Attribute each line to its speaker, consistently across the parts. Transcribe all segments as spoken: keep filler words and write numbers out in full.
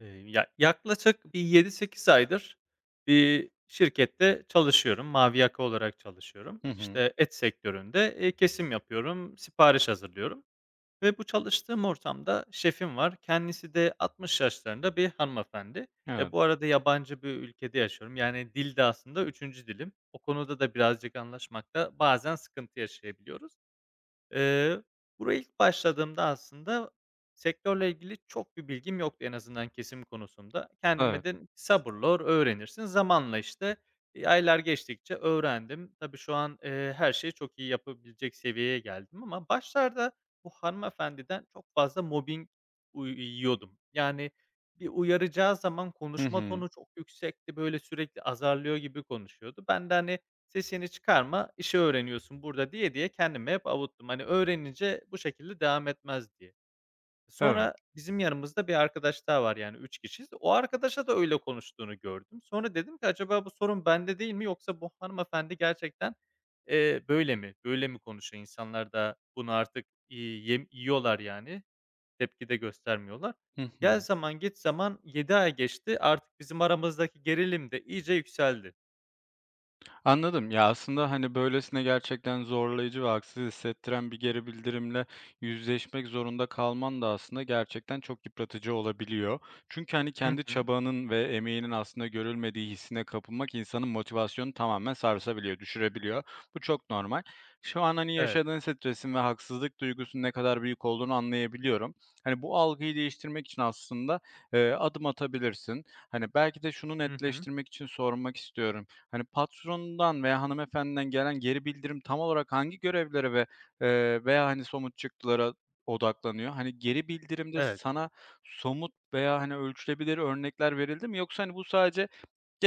Speaker 1: Eee, ya, yaklaşık bir yedi sekiz aydır bir şirkette çalışıyorum. Mavi yaka olarak çalışıyorum.
Speaker 2: Hı hı.
Speaker 1: İşte et sektöründe, eee, kesim yapıyorum, sipariş hazırlıyorum ve bu çalıştığım ortamda şefim var. Kendisi de altmış yaşlarında bir hanımefendi. E,
Speaker 2: Evet,
Speaker 1: bu arada yabancı bir ülkede yaşıyorum. Yani dil de aslında üçüncü dilim. O konuda da birazcık anlaşmakta bazen sıkıntı yaşayabiliyoruz. Eee, Buraya ilk başladığımda aslında sektörle ilgili çok bir bilgim yoktu en azından kesim konusunda.
Speaker 2: evet.
Speaker 1: Kendime dedim ki sabırla or öğrenirsin. Zamanla, işte, eee, aylar geçtikçe öğrendim. Tabii şu an, eee, her şeyi çok iyi yapabilecek seviyeye geldim ama başlarda bu hanımefendiden çok fazla mobbing uy yiyordum. Yani, bir uyaracağı zaman
Speaker 2: Hı
Speaker 1: konuşma
Speaker 2: hı.
Speaker 1: tonu çok yüksekti, böyle, sürekli azarlıyor gibi konuşuyordu. Ben de, hani, Sesini çıkarma, işi öğreniyorsun burada diye diye kendime hep avuttum. Hani öğrenince bu şekilde devam etmez diye.
Speaker 2: Evet.
Speaker 1: Sonra bizim yanımızda bir arkadaş daha var yani üç kişiyiz. O arkadaşa da öyle konuştuğunu gördüm. Sonra dedim ki acaba bu sorun bende değil mi yoksa bu hanımefendi gerçekten, eee, böyle mi? Böyle mi konuşuyor? İnsanlar da bunu artık, iii, yem yiyorlar yani, tepki de göstermiyorlar.
Speaker 2: Hı hı.
Speaker 1: Gel zaman git zaman yedi ay geçti. Artık bizim aramızdaki gerilim de iyice yükseldi.
Speaker 2: Anladım. Ya, aslında, hani, böylesine gerçekten zorlayıcı ve haksız hissettiren bir geri bildirimle yüzleşmek zorunda kalman da aslında gerçekten çok yıpratıcı olabiliyor. Çünkü, hani,
Speaker 1: Hı
Speaker 2: kendi
Speaker 1: hı.
Speaker 2: çabanın ve emeğinin aslında görülmediği hissine kapılmak insanın motivasyonu tamamen sarsabiliyor, düşürebiliyor. Bu çok normal. Şu an, hani,
Speaker 1: Evet.
Speaker 2: yaşadığın stresin ve haksızlık duygusunun ne kadar büyük olduğunu anlayabiliyorum. Hani, bu algıyı değiştirmek için aslında, eee, adım atabilirsin. Hani, belki de şunu
Speaker 1: Hı hı.
Speaker 2: netleştirmek için sormak istiyorum. Hani, patronundan veya hanımefendiden gelen geri bildirim tam olarak hangi görevlere ve, eee, veya, hani, somut çıktılara odaklanıyor? Hani, geri bildirimde
Speaker 1: Evet.
Speaker 2: sana somut veya, hani, ölçülebilir örnekler verildi mi yoksa, hani, bu sadece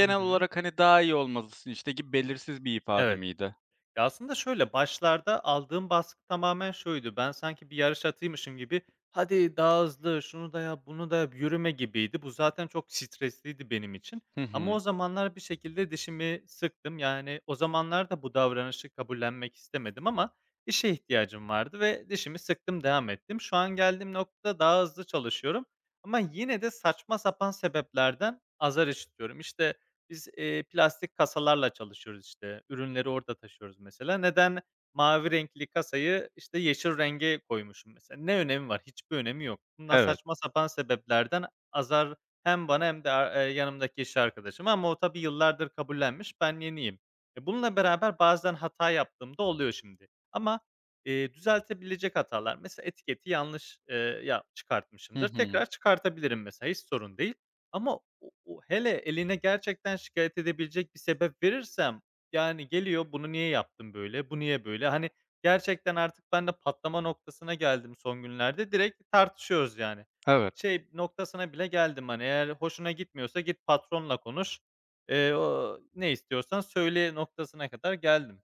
Speaker 1: Hı hı.
Speaker 2: olarak, hani, "Daha iyi olmalısın, işte." gibi belirsiz bir ifade
Speaker 1: Evet.
Speaker 2: miydi?
Speaker 1: Ya, aslında şöyle, başlarda aldığım baskı tamamen şuydu: Ben sanki bir yarış atıymışım gibi, "Hadi daha hızlı, şunu da yap, bunu da yap, yürüme." gibiydi. Bu zaten çok stresliydi benim için
Speaker 2: Hı
Speaker 1: ama
Speaker 2: hı.
Speaker 1: o zamanlar bir şekilde dişimi sıktım. Yani o zamanlar da bu davranışı kabullenmek istemedim ama işe ihtiyacım vardı ve dişimi sıktım, devam ettim. Şu an geldiğim noktada daha hızlı çalışıyorum ama yine de saçma sapan sebeplerden azar işitiyorum. İşte, Biz, eee, plastik kasalarla çalışıyoruz, işte, ürünleri orada taşıyoruz mesela. Neden mavi renkli kasayı, işte, yeşil renge koymuşum mesela? Ne önemi var? Hiçbir önemi yok. Bundan
Speaker 2: Evet.
Speaker 1: saçma sapan sebeplerden azar hem bana hem de ar eee, yanımdaki iş arkadaşıma ama o tabii yıllardır kabullenmiş, ben yeniyim. E, bununla beraber bazen hata yaptığım da oluyor şimdi ama, eee, düzeltebilecek hatalar. Mesela etiketi yanlış, eee, ya
Speaker 2: Hı
Speaker 1: çıkartmışımdır.
Speaker 2: hı.
Speaker 1: Tekrar çıkartabilirim mesela, hiç sorun değil. Ama o o hele eline gerçekten şikayet edebilecek bir sebep verirsem, yani, geliyor, "Bunu niye yaptın böyle, bu niye böyle?" Hani, gerçekten artık ben de patlama noktasına geldim son günlerde. Direkt tartışıyoruz, yani.
Speaker 2: Evet.
Speaker 1: Şey noktasına bile geldim, hani, eğer hoşuna gitmiyorsa git patronla konuş, eee, o ne istiyorsan söyle noktasına kadar geldim.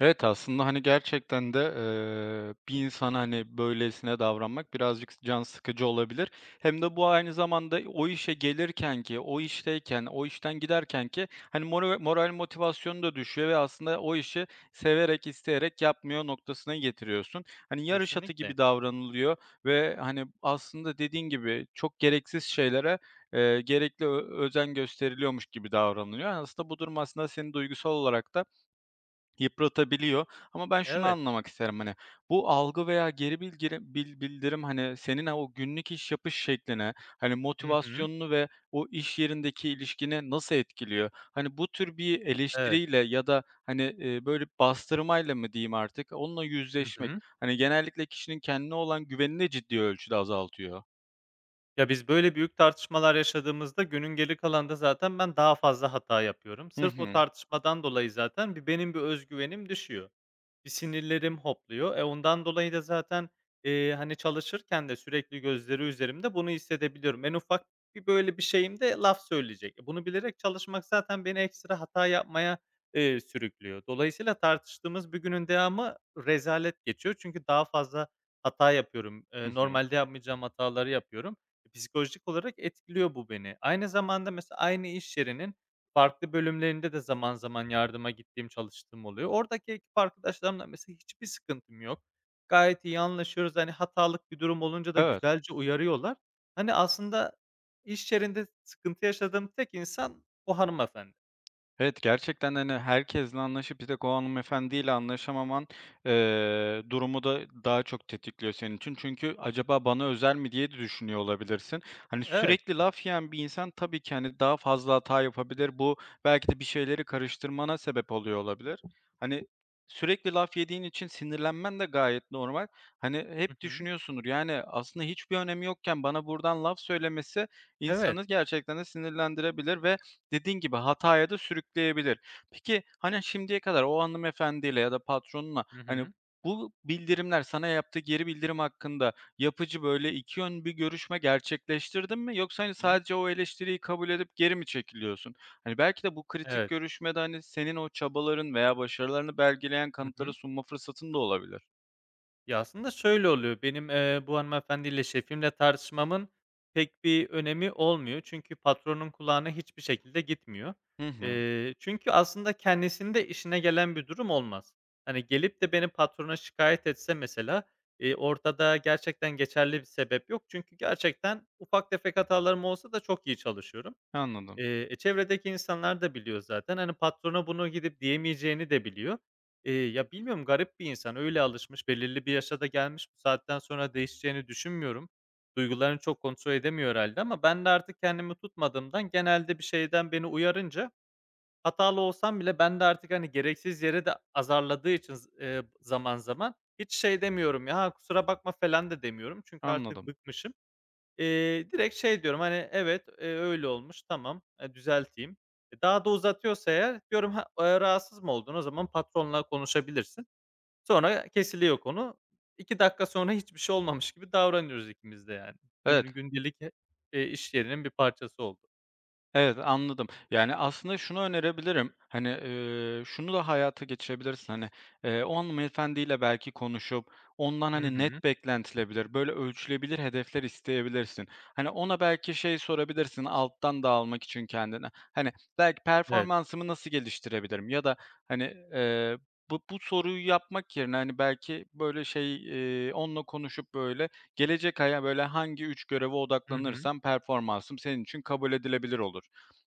Speaker 2: Evet, aslında, hani, gerçekten de, eee, bir insana, hani, böylesine davranmak birazcık can sıkıcı olabilir. Hem de bu aynı zamanda o işe gelirken ki, o işteyken, o işten giderken ki, hani, mora moral motivasyonu da düşüyor ve aslında o işi severek, isteyerek yapmıyor noktasına getiriyorsun. Hani, yarış atı
Speaker 1: Kesinlikle.
Speaker 2: gibi davranılıyor ve, hani, aslında dediğin gibi çok gereksiz şeylere, eee, gerekli ö özen gösteriliyormuş gibi davranılıyor. Aslında bu durum aslında seni duygusal olarak da yıpratabiliyor ama ben şunu
Speaker 1: Evet.
Speaker 2: anlamak isterim, hani, bu algı veya geri bildirim bil bildirim, hani, senin o günlük iş yapış şekline, hani,
Speaker 1: Hı hı.
Speaker 2: motivasyonunu ve o iş yerindeki ilişkini nasıl etkiliyor? Hani, bu tür bir
Speaker 1: Evet.
Speaker 2: eleştiriyle ya da, hani, eee, böyle, bastırmayla mı diyeyim artık, onunla
Speaker 1: Hı
Speaker 2: yüzleşmek,
Speaker 1: hı.
Speaker 2: hani, genellikle kişinin kendine olan güvenini ciddi ölçüde azaltıyor.
Speaker 1: Ya, biz böyle büyük tartışmalar yaşadığımızda günün geri kalanında zaten ben daha fazla hata yapıyorum.
Speaker 2: Hı
Speaker 1: Sırf o
Speaker 2: hı.
Speaker 1: tartışmadan dolayı zaten bir benim bir özgüvenim düşüyor. Bir sinirlerim hopluyor. E, ondan dolayı da zaten, eee, hani, çalışırken de sürekli gözleri üzerimde, bunu hissedebiliyorum. En ufak bir, böyle, bir şeyimde laf söyleyecek. E, bunu bilerek çalışmak zaten beni ekstra hata yapmaya, eee, sürüklüyor. Dolayısıyla tartıştığımız bir günün devamı rezalet geçiyor. Çünkü daha fazla hata yapıyorum.
Speaker 2: Hı
Speaker 1: Eee,
Speaker 2: hı.
Speaker 1: normalde yapmayacağım hataları yapıyorum. E, psikolojik olarak etkiliyor bu beni. Aynı zamanda mesela aynı iş yerinin Farklı bölümlerinde de zaman zaman yardıma gittiğim, çalıştığım oluyor. Oradaki ekip arkadaşlarımla mesela hiçbir sıkıntım yok. Gayet iyi anlaşıyoruz. Hani hatalık bir durum olunca da
Speaker 2: Evet.
Speaker 1: güzelce uyarıyorlar. Hani aslında iş yerinde sıkıntı yaşadığım tek insan o hanımefendi.
Speaker 2: Evet, gerçekten, hani, herkesle anlaşıp bir tek o hanımefendiyle anlaşamaman, eee, durumu da daha çok tetikliyor senin için. Çünkü acaba bana özel mi diye de düşünüyor olabilirsin. Hani,
Speaker 1: Evet.
Speaker 2: sürekli laf yiyen bir insan tabii ki, hani, daha fazla hata yapabilir. Bu belki de bir şeyleri karıştırmana sebep oluyor olabilir. Hani, sürekli laf yediğin için sinirlenmen de gayet normal. Hani,
Speaker 1: Hı
Speaker 2: hep
Speaker 1: hı.
Speaker 2: düşünüyorsundur, yani, aslında hiçbir önemi yokken bana buradan laf söylemesi
Speaker 1: Evet.
Speaker 2: insanı gerçekten de sinirlendirebilir ve dediğin gibi hataya da sürükleyebilir. Peki, hani, şimdiye kadar o hanımefendiyle ya da patronunla,
Speaker 1: Hı
Speaker 2: hani,
Speaker 1: hı.
Speaker 2: bu bildirimler sana yaptığı geri bildirim hakkında yapıcı, böyle, iki yön bir görüşme gerçekleştirdin mi? Yoksa, hani,
Speaker 1: Hı.
Speaker 2: sadece o eleştiriyi kabul edip geri mi çekiliyorsun? Hani, belki de bu kritik
Speaker 1: Evet.
Speaker 2: görüşmede, hani, senin o çabaların veya başarılarını belgeleyen
Speaker 1: Hı
Speaker 2: kanıtları
Speaker 1: hı.
Speaker 2: sunma fırsatın da olabilir.
Speaker 1: Ya, aslında şöyle oluyor, benim, eee, bu hanımefendiyle, şefimle tartışmamın pek bir önemi olmuyor. Çünkü patronun kulağına hiçbir şekilde gitmiyor.
Speaker 2: Hı hı.
Speaker 1: Eee, çünkü aslında kendisinde işine gelen bir durum olmaz. Hani, gelip de beni patrona şikayet etse mesela, eee, ortada gerçekten geçerli bir sebep yok. Çünkü gerçekten ufak tefek hatalarım olsa da çok iyi çalışıyorum.
Speaker 2: Anladım,
Speaker 1: Eee, e, çevredeki insanlar da biliyor zaten. Hani, patrona bunu gidip diyemeyeceğini de biliyor. Eee, ya, bilmiyorum garip bir insan. Öyle alışmış, belirli bir yaşa da gelmiş. Bu saatten sonra değişeceğini düşünmüyorum. Duygularını çok kontrol edemiyor herhalde. ama ben de artık kendimi tutmadığımdan genelde bir şeyden beni uyarınca hatalı olsam bile ben de artık, hani, gereksiz yere de azarladığı için z eee, zaman zaman hiç şey demiyorum ya, "Ha, kusura bakma." falan da demiyorum. Çünkü artık
Speaker 2: anladım.
Speaker 1: bıkmışım. Eee, direkt şey diyorum, hani, "Evet, eee, öyle olmuş. Tamam, eee, düzelteyim." E, daha da uzatıyorsa eğer diyorum, "Ha, eee, rahatsız mı oldun? O zaman patronla konuşabilirsin." Sonra kesiliyor konu. iki dakika sonra hiçbir şey olmamış gibi davranıyoruz ikimiz de yani. Gün
Speaker 2: Evet,
Speaker 1: gündelik, eee, iş yerinin bir parçası oldu.
Speaker 2: evet, anladım. Yani, aslında şunu önerebilirim, hani, eee, şunu da hayata geçirebilirsin, hani, eee, o hanımefendiyle belki konuşup ondan,
Speaker 1: Hı
Speaker 2: hani,
Speaker 1: hı.
Speaker 2: net beklentilebilir, böyle ölçülebilir hedefler isteyebilirsin. Hani, ona belki şey sorabilirsin alttan da almak için kendine. Hani, belki
Speaker 1: Evet.
Speaker 2: performansımı nasıl geliştirebilirim ya da, hani, eee, bu bu soruyu yapmak yerine, hani, belki böyle şey, eee, onunla konuşup böyle gelecek aya böyle hangi üç göreve
Speaker 1: Hı hı.
Speaker 2: odaklanırsam performansım senin için kabul edilebilir olur.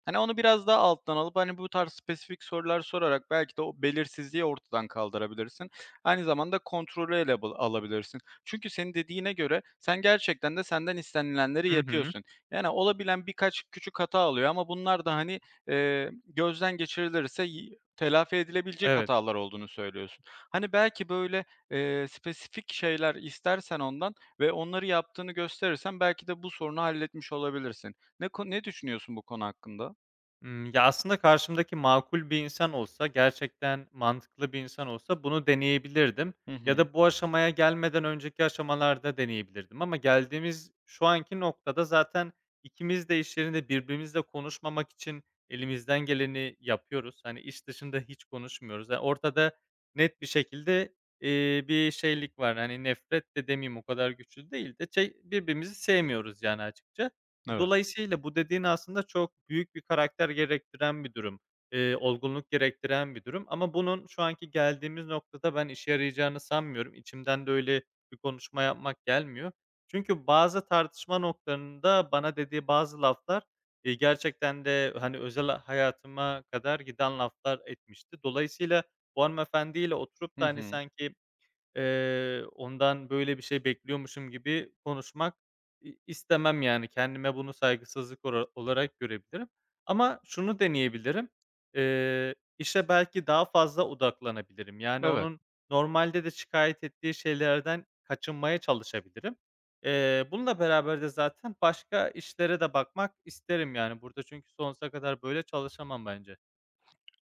Speaker 2: Hani onu biraz daha alttan alıp hani bu tarz spesifik sorular sorarak belki de o belirsizliği ortadan kaldırabilirsin. Aynı zamanda kontrolü ele bul- alabilirsin. Çünkü senin dediğine göre sen gerçekten de senden istenilenleri
Speaker 1: Hı hı.
Speaker 2: yapıyorsun. Yani olabilen birkaç küçük hata alıyor ama bunlar da hani e, gözden geçirilirse y- telafi edilebilecek
Speaker 1: Evet.
Speaker 2: hatalar olduğunu söylüyorsun. Hani belki böyle e, spesifik şeyler istersen ondan ve onları yaptığını gösterirsen belki de bu sorunu halletmiş olabilirsin. Ne ko ne düşünüyorsun bu konu hakkında?
Speaker 1: Imm, ya, aslında karşımdaki makul bir insan olsa, gerçekten mantıklı bir insan olsa bunu deneyebilirdim
Speaker 2: Hı
Speaker 1: ya
Speaker 2: hı.
Speaker 1: da bu aşamaya gelmeden önceki aşamalarda deneyebilirdim ama geldiğimiz şu anki noktada zaten ikimiz de iş yerinde birbirimizle konuşmamak için elimizden geleni yapıyoruz. Hani, iş dışında hiç konuşmuyoruz. Ya, ortada net bir şekilde, eee, bir şeylik var. Hani, nefret de demeyeyim, o kadar güçlü değil de şey birbirimizi sevmiyoruz yani açıkça. E,
Speaker 2: Evet.
Speaker 1: Dolayısıyla bu dediğin aslında çok büyük bir karakter gerektiren bir durum, eee, olgunluk gerektiren bir durum ama bunun şu anki geldiğimiz noktada ben işe yarayacağını sanmıyorum. İçimden de öyle bir konuşma yapmak gelmiyor. Çünkü bazı tartışma noktalarında bana dediği bazı laflar, eee, gerçekten de, hani, özel hayatıma kadar giden laflar etmişti. Dolayısıyla bu hanımefendiyle oturup
Speaker 2: Hı
Speaker 1: da, hani,
Speaker 2: hı.
Speaker 1: sanki Eee, ondan böyle bir şey bekliyormuşum gibi konuşmak i istemem yani. Kendime bunu saygısızlık ora olarak görebilirim ama şunu deneyebilirim. Eee, işe belki daha fazla odaklanabilirim. Yani
Speaker 2: Evet.
Speaker 1: onun normalde de şikayet ettiği şeylerden kaçınmaya çalışabilirim. Eee, bununla beraber de zaten başka işlere de bakmak isterim yani. Burada çünkü sonsuza kadar böyle çalışamam bence.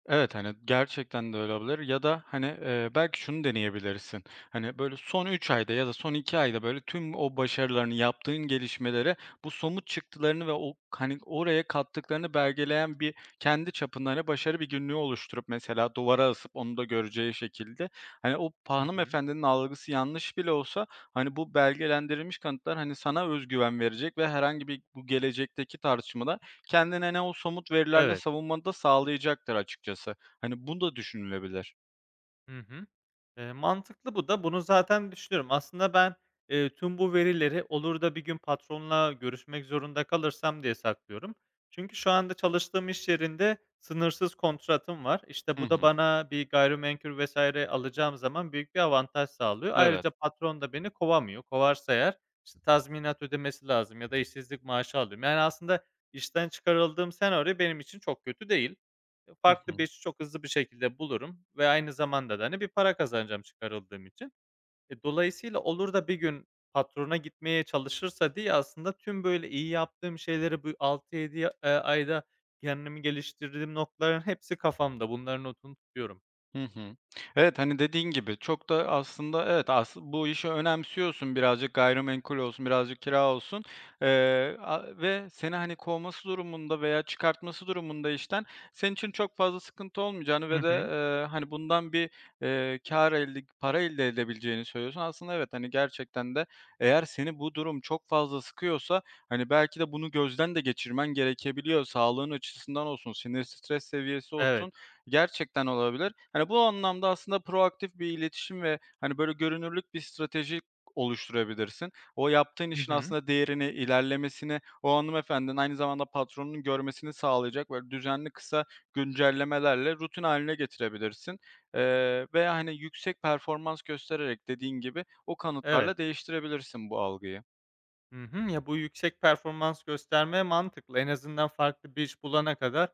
Speaker 2: Evet, hani, gerçekten de öyle olabilir ya da, hani, eee, belki şunu deneyebilirsin. Hani, böyle, son üç ayda ya da son iki ayda, böyle, tüm o başarılarını, yaptığın gelişmeleri, bu somut çıktılarını ve o, hani, oraya kattıklarını belgeleyen bir kendi çapında, hani, başarı bir günlüğü oluşturup mesela duvara asıp onu da göreceği şekilde, hani, o pa
Speaker 1: Hı hı.
Speaker 2: hanımefendinin algısı yanlış bile olsa, hani, bu belgelendirilmiş kanıtlar, hani, sana özgüven verecek ve herhangi bir bu gelecekteki tartışmada kendine ne o somut verilerle
Speaker 1: Evet.
Speaker 2: savunmanı da sağlayacaktır açıkçası. Hani bu da düşünülebilir.
Speaker 1: Hı hı. Eee, mantıklı bu da. Bunu zaten düşünüyorum. Aslında ben, eee, tüm bu verileri olur da bir gün patronla görüşmek zorunda kalırsam diye saklıyorum. Çünkü şu anda çalıştığım iş yerinde sınırsız kontratım var. İşte,
Speaker 2: Hı
Speaker 1: bu da
Speaker 2: hı.
Speaker 1: bana bir gayrimenkul vesaire alacağım zaman büyük bir avantaj sağlıyor.
Speaker 2: Evet.
Speaker 1: Ayrıca patron da beni kovamıyor. Kovarsa eğer, işte, tazminat ödemesi lazım ya da işsizlik maaşı alıyorum. Yani aslında işten çıkarıldığım senaryo benim için çok kötü değil.
Speaker 2: Hı
Speaker 1: Farklı
Speaker 2: hı.
Speaker 1: bir iş çok hızlı bir şekilde bulurum ve aynı zamanda da, hani, bir para kazanacağım çıkarıldığım için. E, dolayısıyla olur da bir gün patrona gitmeye çalışırsa diye aslında tüm böyle iyi yaptığım şeyleri bu altı yedi ya eee, ayda kendimi geliştirdiğim noktaların hepsi kafamda. Bunların notunu tutuyorum.
Speaker 2: Hı hı. Evet, hani, dediğin gibi çok da aslında evet, as bu işi önemsiyorsun birazcık gayrimenkul olsun, birazcık kira olsun, eee, a ve seni, hani, kovması durumunda veya çıkartması durumunda işten senin için çok fazla sıkıntı olmayacağını ve
Speaker 1: Hı
Speaker 2: de,
Speaker 1: hı.
Speaker 2: eee, hani, bundan bir, eee, kâr elde para elde edebileceğini söylüyorsun. Aslında evet, hani, gerçekten de eğer seni bu durum çok fazla sıkıyorsa, hani, belki de bunu gözden de geçirmen gerekebiliyor. Sağlığın açısından olsun, sinir stres seviyesi
Speaker 1: Evet.
Speaker 2: olsun gerçekten olabilir. Hani, bu anlamda aslında proaktif bir iletişim ve, hani, böyle görünürlük bir strateji oluşturabilirsin. O yaptığın
Speaker 1: Hı
Speaker 2: işin
Speaker 1: hı.
Speaker 2: aslında değerini, ilerlemesini o hanımefendinin aynı zamanda patronunun görmesini sağlayacak böyle düzenli kısa güncellemelerle rutin haline getirebilirsin, eee, ve, hani, yüksek performans göstererek dediğin gibi o
Speaker 1: Evet.
Speaker 2: kanıtlarla değiştirebilirsin bu algıyı.
Speaker 1: Hı hı. Ya, bu yüksek performans gösterme mantıklı. En azından farklı bir iş bulana kadar,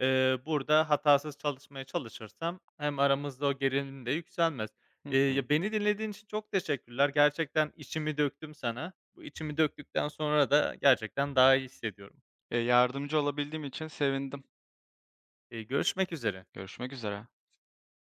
Speaker 1: eee, burada hatasız çalışmaya çalışırsam hem aramızda o gerilim de yükselmez.
Speaker 2: Hı
Speaker 1: Eee,
Speaker 2: hı.
Speaker 1: ya, beni dinlediğin için çok teşekkürler. Gerçekten içimi döktüm sana. Bu içimi döktükten sonra da gerçekten daha iyi hissediyorum.
Speaker 2: Eee, yardımcı olabildiğim için sevindim.
Speaker 1: Eee, görüşmek üzere.
Speaker 2: Görüşmek üzere.